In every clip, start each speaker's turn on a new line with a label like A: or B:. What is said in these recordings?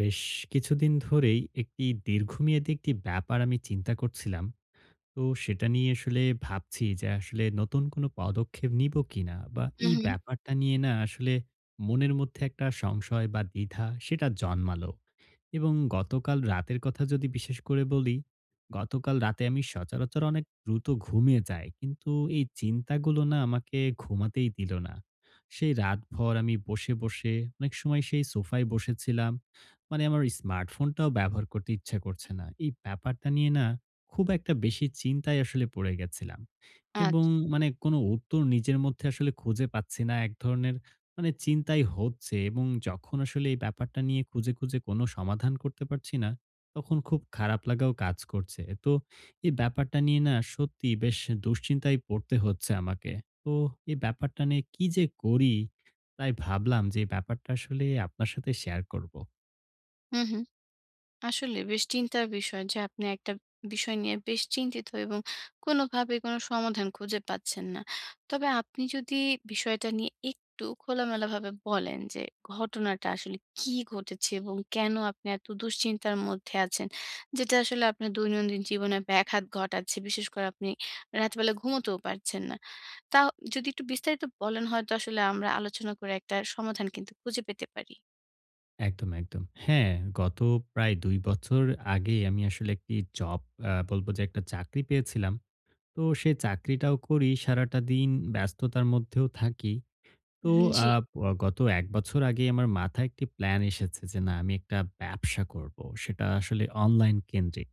A: বেশ কিছুদিন ধরেই একটি দীর্ঘমেয়াদী একটি ব্যাপার আমি চিন্তা করছিলাম। তো সেটা নিয়ে আসলে ভাবছি যে আসলে নতুন কোনো পদক্ষেপ নিব কিনা বা
B: হুম,
A: এই
B: হুম।
A: ব্যাপারটা নিয়ে না আসলে মনের মধ্যে একটা সংশয় বা দ্বিধা সেটা জন্মালো। এবং গতকাল রাতের কথা যদি বিশেষ করে বলি, গতকাল রাতে আমি সচরাচর অনেক দ্রুত ঘুমিয়ে যাই, কিন্তু এই চিন্তাগুলো না আমাকে ঘুমাতেই দিল না। সেই রাতভর আমি বসে বসে অনেক সময় সেই সোফায় বসেছিলাম। মানে আমার স্মার্টফোনটাও ব্যবহার করতে ইচ্ছা করছে না, এই ব্যাপারটা নিয়ে না খুব একটা বেশি চিন্তায় আসলে পড়ে গেছিলাম। এবং
B: আচ্ছা।
A: মানে কোন উত্তর নিজের মধ্যে আসলে খুঁজে পাচ্ছি না। এক ধরনের মানে চিন্তাই হচ্ছে, এবং যখন আসলে এই ব্যাপারটা নিয়ে খুঁজে কোন সমাধান করতে পারছি না, তখন খুব খারাপ লাগাও কাজ করছে। তো এই ব্যাপারটা নিয়ে না সত্যি বেশ দুশ্চিন্তায় পড়তে হচ্ছে আমাকে। তো এই ব্যাপারটা নিয়ে কি যে করি? তাই ভাবলাম যে এই ব্যাপারটা আসলে আপনার সাথে শেয়ার করব।
B: হুম, হুম। আসলে বেশ চিন্তার বিষয় যে আপনি একটা বিষয় নিয়ে বেশ চিন্তিত এবং কোনোভাবে কোনো সমাধান খুঁজে পাচ্ছেন না। তবে আপনি যদি বিষয়টা নিয়ে একটু খোলামেলাভাবে বলেন যে ঘটনাটা আসলে কী ঘটেছে এবং কেন আপনি এত দুশ্চিন্তার মধ্যে আছেন? যেটা আসলে আপনার দৈনন্দিন জীবনে ব্যাঘাত ঘটাচ্ছে। বিশেষ করে আপনি রাতবেলা ঘুমোতেও পারছেন না। তাও যদি একটু বিস্তারিত বলেন হয়তো আসলে আমরা আলোচনা করে একটা সমাধান কিন্তু খুঁজে পেতে পারি।
A: একদম, একদম। হ্যাঁ, গত প্রায় ২ বছর আগে আমি আসলে একটি জব, বলব যে একটা চাকরি পেয়েছিলাম। তো সে চাকরিটাও করি, সারাটা দিন ব্যস্ততার মধ্যেও থাকি। তো
B: হুম,
A: আ
B: জি।
A: অ গত ১ বছর আগে আমার মাথায় একটি প্ল্যান এসেছে যে না আমি একটা ব্যবসা করব। সেটা আসলে অনলাইন কেন্দ্রিক।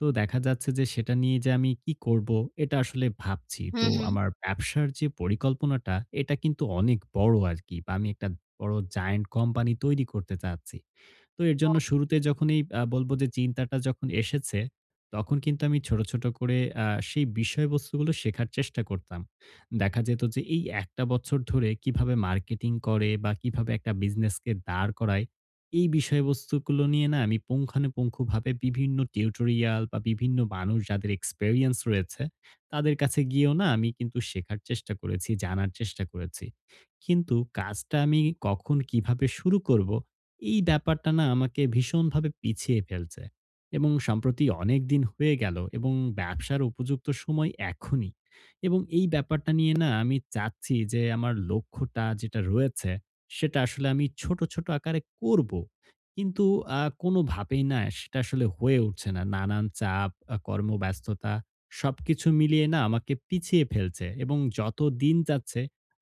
A: তো দেখা যাচ্ছে যে সেটা নিয়ে যে আমি কি করব, এটা আসলে ভাবছি।
B: হুম,
A: তো
B: হুম।
A: আমার ব্যবসার যে পরিকল্পনাটা, এটা কিন্তু অনেক বড় আরকি, বা আমি একটা বড় জায়ান্ট কোম্পানি তৈরি করতে চাচ্ছি। তো এর জন্য
B: ওকে,
A: শুরুতে যখনই, বলব যে চিন্তাটা যখন এসেছে, তখন কিন্তু আমি ছোট, ছোট করে সেই বিষয়বস্তুগুলো শেখার চেষ্টা করতাম। দেখা যেত যে এই ১ টা বছর ধরে কিভাবে মার্কেটিং করে বা কিভাবে একটা বিজনেসকে দাঁড় করায়, এই বিষয়বস্তুগুলো নিয়ে না আমি পুঙ্খানুপুঙ্খভাবে বিভিন্ন টিউটোরিয়াল বা বিভিন্ন মানুষ যাদের এক্সপেরিয়েন্স রয়েছে, তাদের কাছে গিয়েও না আমি কিন্তু শেখার চেষ্টা করেছি, জানার চেষ্টা করেছি। কিন্তু কাজটা আমি কখন কিভাবে শুরু করব, এই ব্যাপারটা না আমাকে ভীষণভাবে পিছিয়ে ফেলছে। এবং সম্প্রতি অনেক দিন হয়ে গেল, এবং ব্যবসার উপযুক্ত সময় এখনই, এবং এই ব্যাপারটা নিয়ে না আমি চাচ্ছি যে আমার লক্ষ্যটা যেটা রয়েছে, সেটা আসলে আমি ছোট, ছোট আকারে করব। কিন্তু কোনোভাবেই না সেটা আসলে হয়ে উঠছে না। নানান চাপ, কর্মব্যস্ততা সবকিছু মিলিয়ে না আমাকে পিছিয়ে ফেলছে, এবং যত দিন যাচ্ছে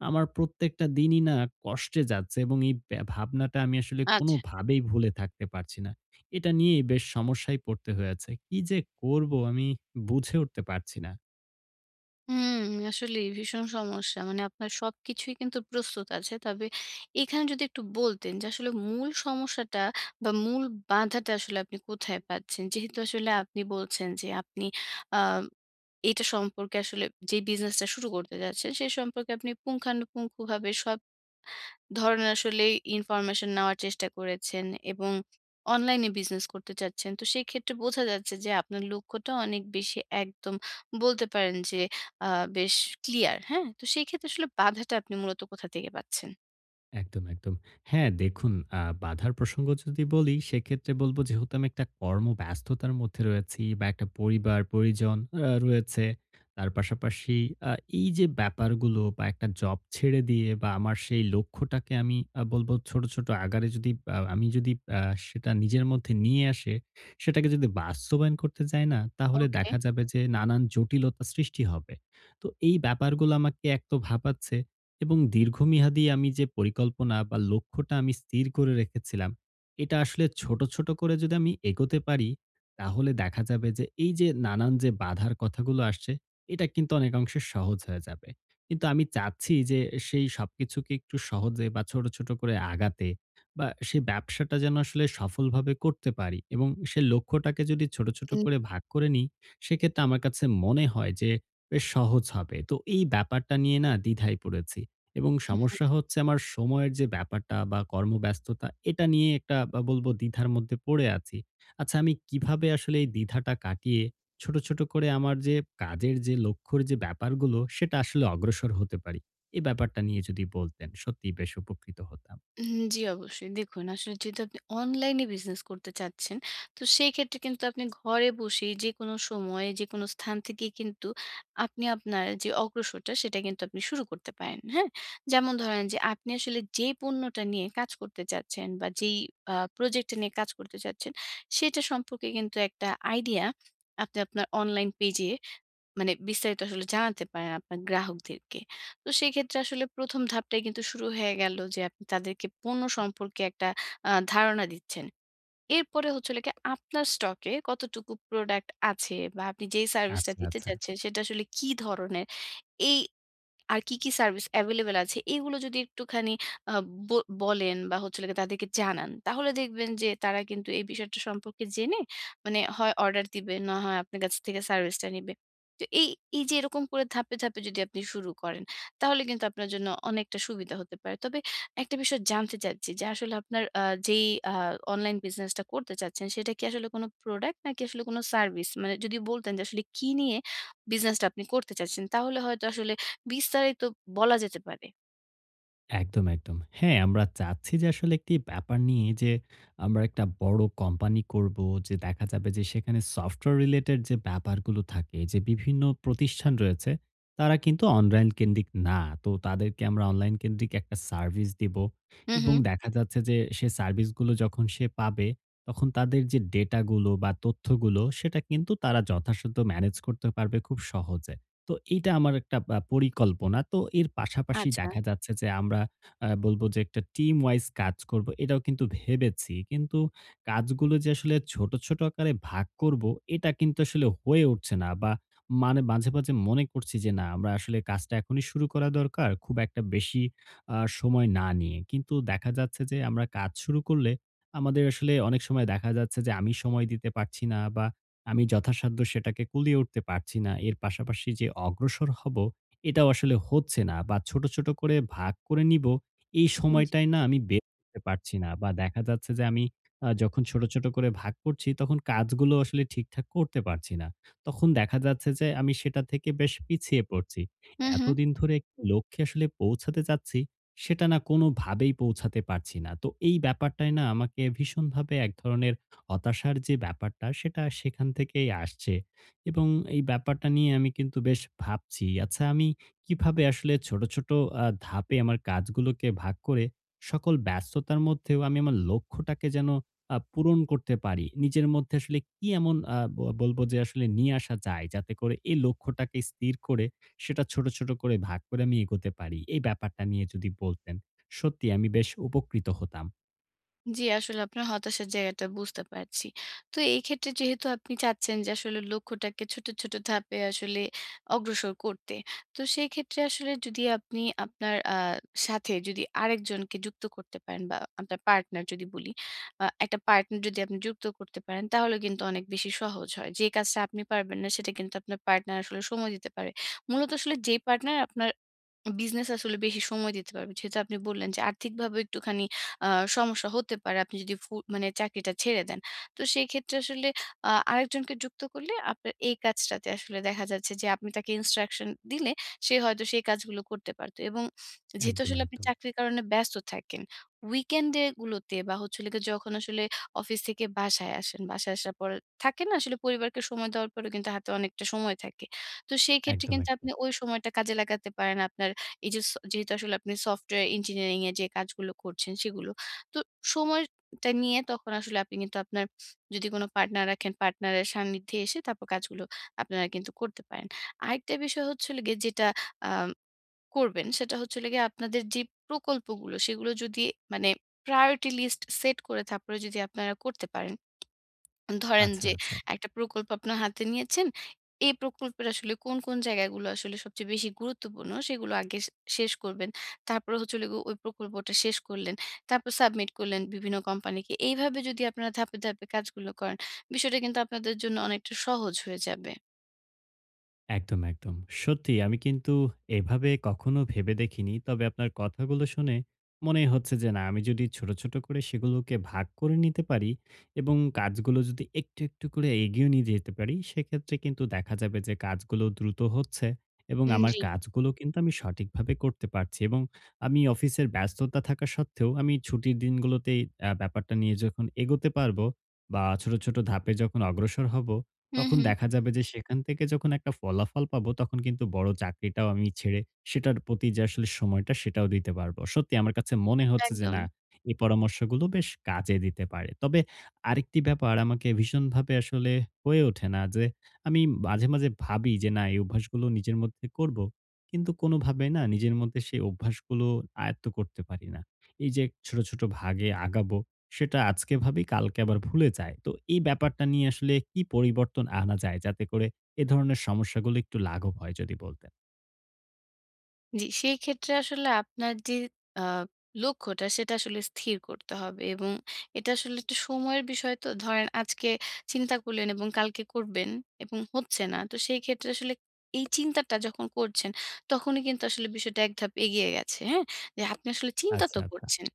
A: আমার প্রত্যেকটা দিনই না কষ্টে যাচ্ছে, এবং এই ভাবনাটা আমি আসলে
B: আচ্ছা।
A: কোনোভাবেই ভুলে থাকতে পারছি না। এটা নিয়েই বেশ সমস্যায় পড়তে হয়েছে। কি যে করব আমি বুঝে উঠতে পারছি না।
B: হুম, আসলেই ভীষণ সমস্যা। মানে আপনার সবকিছুই কিন্তু প্রস্তুত আছে। তবে এখানে যদি একটু বলতেন যে আসলে মূল সমস্যাটা বা মূল বাধাটা আসলে আপনি কোথায় পাচ্ছেন? যেহেতু আসলে আপনি বলছেন যে আপনি আ এটা সম্পর্কে আসলে যে বিজনেসটা শুরু করতে যাচ্ছেন সে সম্পর্কে আপনি পুঙ্খানুপুঙ্খভাবে সব ধরনের আসলে ইনফরমেশন নেওয়ার চেষ্টা করেছেন এবং অনলাইনে বিজনেস করতে চাচ্ছেন। তো সেই ক্ষেত্রে বোঝা যাচ্ছে যে আপনার লক্ষ্যটা অনেক বেশি একদম বলতে পারেন যে আ বেশ ক্লিয়ার। হ্যাঁ? তো সেই ক্ষেত্রে আসলে বাধাটা আপনি মূলত কোথা থেকে পাচ্ছেন?
A: একদম, একদম। হ্যাঁ, দেখুন বাধার প্রসঙ্গ যদি বলি, সেক্ষেত্রে বলব যেহেতু আমি একটা কর্মব্যস্ততার মধ্যে রয়েছি বা একটা পরিবার-পরিজন রয়েছে। তার পাশাপাশি আ এই যে ব্যাপারগুলো বা একটা জব ছেড়ে দিয়ে বা আমার সেই লক্ষ্যটাকে আমি, বলব, ছোট, ছোট আকারে যদি, আ আমি যদি আ সেটা নিজের মধ্যে নিয়ে আসে, সেটাকে যদি বাস্তবায়ন করতে যাই না, তাহলে
B: ওকে।
A: দেখা যাবে যে নানান জটিলতা সৃষ্টি হবে। তো এই ব্যাপারগুলো আমাকে এক তো ভাবাচ্ছে, এবং দীর্ঘমেয়াদী আমি যে পরিকল্পনা বা লক্ষ্যটা আমি স্থির করে রেখেছিলাম, এটা আসলে ছোট, ছোট করে যদি আমি এগোতে পারি, তাহলে দেখা যাবে যে এই যে নানান যে বাধার কথাগুলো আসছে, এটা কিন্তু অনেকাংশে সহজ হয়ে যাবে। কিন্তু আমি চাচ্ছি যে সেই সবকিছুকে একটু সহজে বা ছোট, ছোট করে আগাতে বা সেই ব্যবসাটা যেন আসলে সফলভাবে করতে পারি, এবং সে লক্ষ্যটাকে যদি ছোট, ছোট করে ভাগ করে নিই, সেক্ষেত্রে আমার কাছে মনে হয় যে বেশ সহজ হবে। তো এই ব্যাপারটা নিয়ে না দ্বিধায় পড়েছি। এবং সমস্যা হচ্ছে আমার সময়ের যে ব্যাপারটা বা কর্মব্যস্ততা, এটা নিয়ে একটা বা বলবো দ্বিধার মধ্যে পড়ে আছি। আচ্ছা আমি কিভাবে আসলে এই দ্বিধাটা কাটিয়ে ছোট, ছোট করে আমার যে কাজের যে লক্ষ্যর যে ব্যাপারগুলো, সেটা আসলে অগ্রসর হতে পারি? এই ব্যাপারটা নিয়ে যদি বলতেন, সত্যিই বেশ উপকৃত হতাম।
B: উম জি, অবশ্যই। দেখুন আসলে যেহেতু আপনি অনলাইনে বিজনেস করতে চাচ্ছেন, তো সেই ক্ষেত্রে কিন্তু আপনি ঘরে বসেই যেকোনো সময়ে, যেকোনো স্থান থেকেই কিন্তু আপনি আপনার যে অগ্রসরটা, সেটা কিন্তু আপনি শুরু করতে পারেন, হ্যাঁ? যেমন ধরেন যে আপনি আসলে যে পণ্যটা নিয়ে কাজ করতে চাচ্ছেন বা যেই প্রজেক্টটা নিয়ে কাজ করতে চাচ্ছেন, সেটা সম্পর্কে কিন্তু একটা আইডিয়া আপনি আপনার অনলাইন পেজে মানে বিস্তারিত আসলে জানাতে পারেন আপনার গ্রাহকদেরকে। তো সেক্ষেত্রে আসলে ১ম ধাপটাই কিন্তু শুরু হয়ে গেল যে আপনি তাদেরকে পণ্য সম্পর্কে একটা ধারণা দিচ্ছেন। এরপরে হচ্ছে হলো গিয়ে আপনার স্টকে কতটুকু প্রোডাক্ট আছে বা আপনি যেই সার্ভিসটা
A: আচ্ছা,
B: দিতে
A: আচ্ছা।
B: চাচ্ছেন সেটা আসলে কি ধরনের এই আর কি, কি সার্ভিস এভেইলেবল আছে এগুলো যদি একটুখানি আ ব বলেন বা হচ্ছে হলো গিয়ে তাদেরকে জানান, তাহলে দেখবেন যে তারা কিন্তু এই বিষয়টা সম্পর্কে জেনে মানে হয় অর্ডার দিবে, না হয় আপনার কাছ থেকে সার্ভিসটা নিবে। তো এই যে এরকম করে ধাপে, ধাপে যদি আপনি শুরু করেন, তাহলে কিন্তু আপনার জন্য অনেকটা সুবিধা হতে পারে। তবে একটা বিষয় জানতে চাচ্ছি যে আসলে আপনার যেই আ অনলাইন বিজনেসটা করতে চাচ্ছেন সেটা কি আসলে কোনো প্রোডাক্ট নাকি আসলে কোনো সার্ভিস? মানে যদি বলতেন যে আসলে কি নিয়ে বিজনেসটা আপনি করতে চাচ্ছেন তাহলে হয়তো আসলে বিস্তারিত বলা যেতে পারে।
A: একদম, একদম। হ্যাঁ, আমরা চাচ্ছি যে আসলে একটি ব্যাপার নিয়ে যে আমরা একটা বড় কোম্পানি করব। যে দেখা যাবে যে সেখানে সফটওয়্যার রিলেটেড যে ব্যাপারগুলো থাকে, যে বিভিন্ন প্রতিষ্ঠান রয়েছে, তারা কিন্তু অনলাইন কেন্দ্রিক না। তো তাদেরকে আমরা অনলাইন কেন্দ্রিক একটা সার্ভিস দিব,
B: হুম,
A: এবং
B: হুম।
A: দেখা যাচ্ছে যে সে সার্ভিসগুলো যখন সে পাবে, তখন তাদের যে ডেটাগুলো বা তথ্যগুলো, সেটা কিন্তু তারা যথাসাধ্য ম্যানেজ করতে পারবে খুব সহজে। তো এইটা আমার একটা পরিকল্পনা। তো এর পাশাপাশি
B: আচ্ছা।
A: দেখা যাচ্ছে যে আমরা, বলব যে, একটা টিম ওয়াইজ কাজ করব। এটাও কিন্তু ভেবেছি। কিন্তু কাজগুলো যে আসলে ছোট, ছোট আকারে ভাগ করব, এটা কিন্তু আসলে হয়ে উঠছে না, বা মানে মাঝে, মাঝে মনে করছি যে না আমরা আসলে কাজটা এখনই শুরু করা দরকার। খুব একটা বেশি সময় না নিয়ে। কিন্তু দেখা যাচ্ছে যে আমরা কাজ শুরু করলে আমাদের আসলে অনেক সময়, দেখা যাচ্ছে যে আমি সময় দিতে পারছি না বা আমি যথাসাধ্য সেটাকে কুলিয়ে উঠতে পারছি না। এর পাশাপাশি যে অগ্রসর হব, এটাও আসলে হচ্ছে না, বা ছোট, ছোট করে ভাগ করে নিব, এই
B: জি।
A: সময়টায় না আমি বের করতে পারছি না, বা দেখা যাচ্ছে যে আমি যখন ছোট, ছোট করে ভাগ করছি, তখন কাজগুলো আসলে ঠিকঠাক করতে পারছি না। তখন দেখা যাচ্ছে যে আমি সেটা থেকে বেশ পিছিয়ে পড়ছি।
B: হুম, হুম।
A: এতদিন ধরে একটি লক্ষ্যে আসলে পৌঁছাতে চাচ্ছি, সেটা না কোনোভাবেই পৌঁছাতে পারছি না। তো এই ব্যাপারটায় না আমাকে ভীষণভাবে এক ধরনের হতাশার যে ব্যাপারটা, সেটা সেখান থেকেই আসছে, এবং এই ব্যাপারটা নিয়ে আমি কিন্তু বেশ ভাবছি। আচ্ছা আমি কিভাবে আসলে ছোট, ছোট ধাপে আমার কাজগুলোকে ভাগ করে সকল ব্যস্ততার মধ্যেও আমি আমার লক্ষ্যটাকে যেন পূরণ করতে পারি। নিজের মধ্যে আসলে কি এমন, আ ব বলব যে, আসলে নিয়ে আসা যায় যাতে করে এই লক্ষ্যটাকে স্থির করে সেটা ছোট, ছোট করে ভাগ করে আমি এগোতে পারি। এই ব্যাপারটা নিয়ে যদি বলতেন, সত্যি আমি বেশ উপকৃত হতাম।
B: জি, আসলে আপনার হতাশার জায়গাটা বুঝতে পারছি। তো এই ক্ষেত্রে যেহেতু আপনি চাচ্ছেন যে আসলে লক্ষ্যটাকে ছোট, ছোট ধাপে আসলে অগ্রসর করতে। তো সেই ক্ষেত্রে আসলে যদি আপনি আপনার সাথে যদি আরেকজনকে যুক্ত করতে পারেন বা আপনার পার্টনার যদি বলি, একটা পার্টনার যদি আপনি যুক্ত করতে পারেন তাহলে কিন্তু অনেক বেশি সহজ হয়। যে কাজটা আপনি পারবেন না সেটা কিন্তু আপনার পার্টনার আসলে সময় দিতে পারে। মূলত আসলে যেই পার্টনার আপনার বিজনেস আসলে বেশি সময় দিতে পারবে। যেহেতু আপনি বললেন যে আর্থিকভাবে একটুখানি আ সমস্যা হতে পারে আপনি যদি মানে চাকরিটা ছেড়ে দেন। তো সেক্ষেত্রে আসলে আরেকজনকে যুক্ত করলে আপনার এই কাজটাতে আসলে দেখা যাচ্ছে যে আপনি তাকে ইনস্ট্রাকশন দিলে সে হয়তো সেই কাজগুলো করতে পারত। এবং যেহেতু
A: একদম,
B: আসলে আপনি
A: একদম।
B: চাকরির কারণে ব্যস্ত থাকেন, উইকেন্ডে গুলোতে বা হচ্ছে হলো গিয়ে যখন আসলে অফিস থেকে বাসায় আসেন, বাসায় আসার পর থাকে না আসলে পরিবারকে সময় দেওয়ার পরেও কিন্তু হাতে অনেকটা সময় থাকে। তো সেই ক্ষেত্রে
A: একদম,
B: কিন্তু আপনি
A: একদম।
B: ওই সময়টা কাজে লাগাতে পারেন আপনার এই যে যেহেতু আসলে আপনি সফটওয়্যার ইঞ্জিনিয়ারিং এ যে কাজগুলো করছেন সেগুলো। তো সময়টা নিয়ে তখন আসলে আপনি কিন্তু আপনার যদি কোন পার্টনার রাখেন, পার্টনারের সান্নিধ্যে এসে তারপর কাজগুলো আপনারা কিন্তু করতে পারেন। আরেকটা বিষয় হচ্ছে হলো গিয়ে যেটা আ করবেন সেটা হচ্ছে হলো গিয়ে আপনাদের যে প্রকল্পগুলো সেগুলো যদি মানে প্রায়োরিটি লিস্ট সেট করে তারপরে যদি আপনারা করতে পারেন। ধরেন
A: আচ্ছা,
B: যে
A: আচ্ছা।
B: একটা প্রকল্প আপনার হাতে নিয়েছেন। এই প্রকল্পের আসলে কোন, কোন জায়গাগুলো আসলে সবচেয়ে বেশি গুরুত্বপূর্ণ সেগুলো আগে সে শেষ করবেন। তারপরে হচ্ছে হলো গিয়ে ওই প্রকল্পটা শেষ করলেন। তারপর সাবমিট করলেন বিভিন্ন কোম্পানিকে। এইভাবে যদি আপনারা ধাপে, ধাপে কাজগুলো করেন, বিষয়টা কিন্তু আপনাদের জন্য অনেকটা সহজ হয়ে যাবে।
A: একদম, একদম। সত্যিই আমি কিন্তু এভাবে কখনো ভেবে দেখিনি। তবে আপনার কথাগুলো শুনে মনে হচ্ছে যে না আমি যদি ছোট, ছোট করে সেগুলোকে ভাগ করে নিতে পারি, এবং কাজগুলো যদি একটু, একটু করে এগিয়ে নিয়ে যেতে পারি, সেক্ষেত্রে কিন্তু দেখা যাবে যে কাজগুলো দ্রুত হচ্ছে, এবং
B: উম
A: আমার
B: জি।
A: কাজগুলো কিন্তু আমি সঠিকভাবে করতে পারছি, এবং আমি অফিসের ব্যস্ততা থাকা সত্ত্বেও আমি ছুটির দিনগুলোতেই ব্যাপারটা নিয়ে যখন এগোতে পারবো বা ছোট, ছোট ধাপে যখন অগ্রসর হব,
B: হু,
A: তখন
B: হু।
A: দেখা যাবে যে সেখান থেকে যখন একটা ফলাফল পাবো, তখন কিন্তু বড় চাকরিটাও আমি ছেড়ে সেটার প্রতি যে আসলে সময়টা সেটাও দিতে পারবো। সত্যি আমার কাছে মনে হচ্ছে যে
B: একদম।
A: না, এই পরামর্শগুলো বেশ কাজে দিতে পারে। তবে আরেকটি ব্যাপার আমাকে ভীষণভাবে আসলে হয়ে ওঠে না যে আমি মাঝে, মাঝে ভাবি যে না এই অভ্যাসগুলো নিজের মধ্যে করব। কিন্তু কোনোভাবে না নিজের মধ্যে সেই অভ্যাসগুলো আয়ত্ত করতে পারি না। এই যে ছোট, ছোট ভাগে আগাবো, সেটা আজকে ভাবি কালকে আবার ভুলে যায়। তো এই ব্যাপারটা নিয়ে আসলে কি পরিবর্তন আনা যায়, যাতে করে এ ধরনের সমস্যাগুলো একটু লাঘব হয়, যদি বলতেন।
B: জি, সেই ক্ষেত্রে আসলে আপনার যে আ লক্ষ্যটা সেটা আসলে স্থির করতে হবে এবং এটা আসলে একটু সময়ের বিষয় তো। ধরেন আজকে চিন্তা করলেন এবং কালকে করবেন এবং হচ্ছে না। তো সেই ক্ষেত্রে আসলে এই চিন্তাটা যখন করছেন তখনই কিন্তু আসলে বিষয়টা এক ধাপ এগিয়ে গেছে, হ্যাঁ? যে আপনি আসলে চিন্তা
A: আচ্ছা,
B: তো
A: আচ্ছা।
B: করছেন।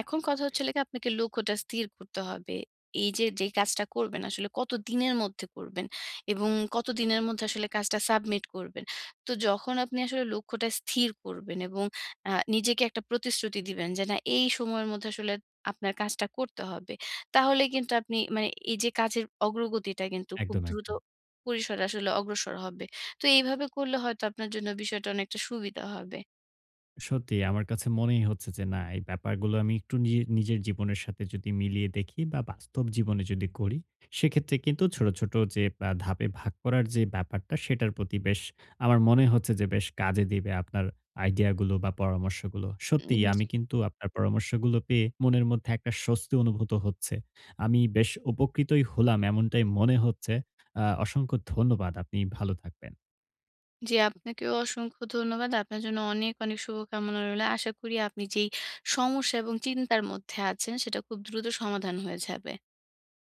B: এখন কথা হচ্ছে হলো গিয়ে আপনাকে লক্ষ্যটা স্থির করতে হবে। এই যে, যে কাজটা করবেন আসলে কত দিনের মধ্যে করবেন এবং কত দিনের মধ্যে আসলে কাজটা সাবমিট করবেন। তো যখন আপনি আসলে লক্ষ্যটা স্থির করবেন এবং নিজেকে একটা প্রতিশ্রুতি দিবেন যে, "না, এই সময়ের মধ্যে আসলে আপনার কাজটা করতে হবে।" তাহলে কিন্তু আপনি মানে এই যে কাজের অগ্রগতিটা কিন্তু খুব
A: একদম,
B: দ্রুত
A: একদম।
B: পরিসরে আসলে অগ্রসর হবে। তো এইভাবে করলে হয়তো আপনার জন্য বিষয়টা অনেকটা সুবিধা হবে।
A: সত্যি আমার কাছে মনেই হচ্ছে যে না এই ব্যাপারগুলো আমি একটু নিজের জীবনের সাথে যদি মিলিয়ে দেখি বা বাস্তব জীবনে যদি করি, সেক্ষেত্রে কিন্তু ছোট ছোট যে ধাপে ভাগ করার যে ব্যাপারটা, সেটার প্রতি বেশ, আমার মনে হচ্ছে যে বেশ কাজে দিবে আপনার আইডিয়াগুলো বা পরামর্শগুলো। সত্যি
B: উম জি,
A: আমি কিন্তু আপনার পরামর্শগুলো পেয়ে মনের মধ্যে একটা স্বস্তি অনুভূত হচ্ছে, আমি বেশ উপকৃতই হলাম এমনটাই মনে হচ্ছে। অসংখ্য ধন্যবাদ, আপনি ভালো থাকবেন।
B: জি, আপনাকেও অসংখ্য ধন্যবাদ। আপনার জন্য অনেক, অনেক শুভকামনা রইলো। আশা করি আপনি যেই সমস্যা এবং চিন্তার মধ্যে আছেন, সেটা খুব দ্রুত সমাধান হয়ে যাবে।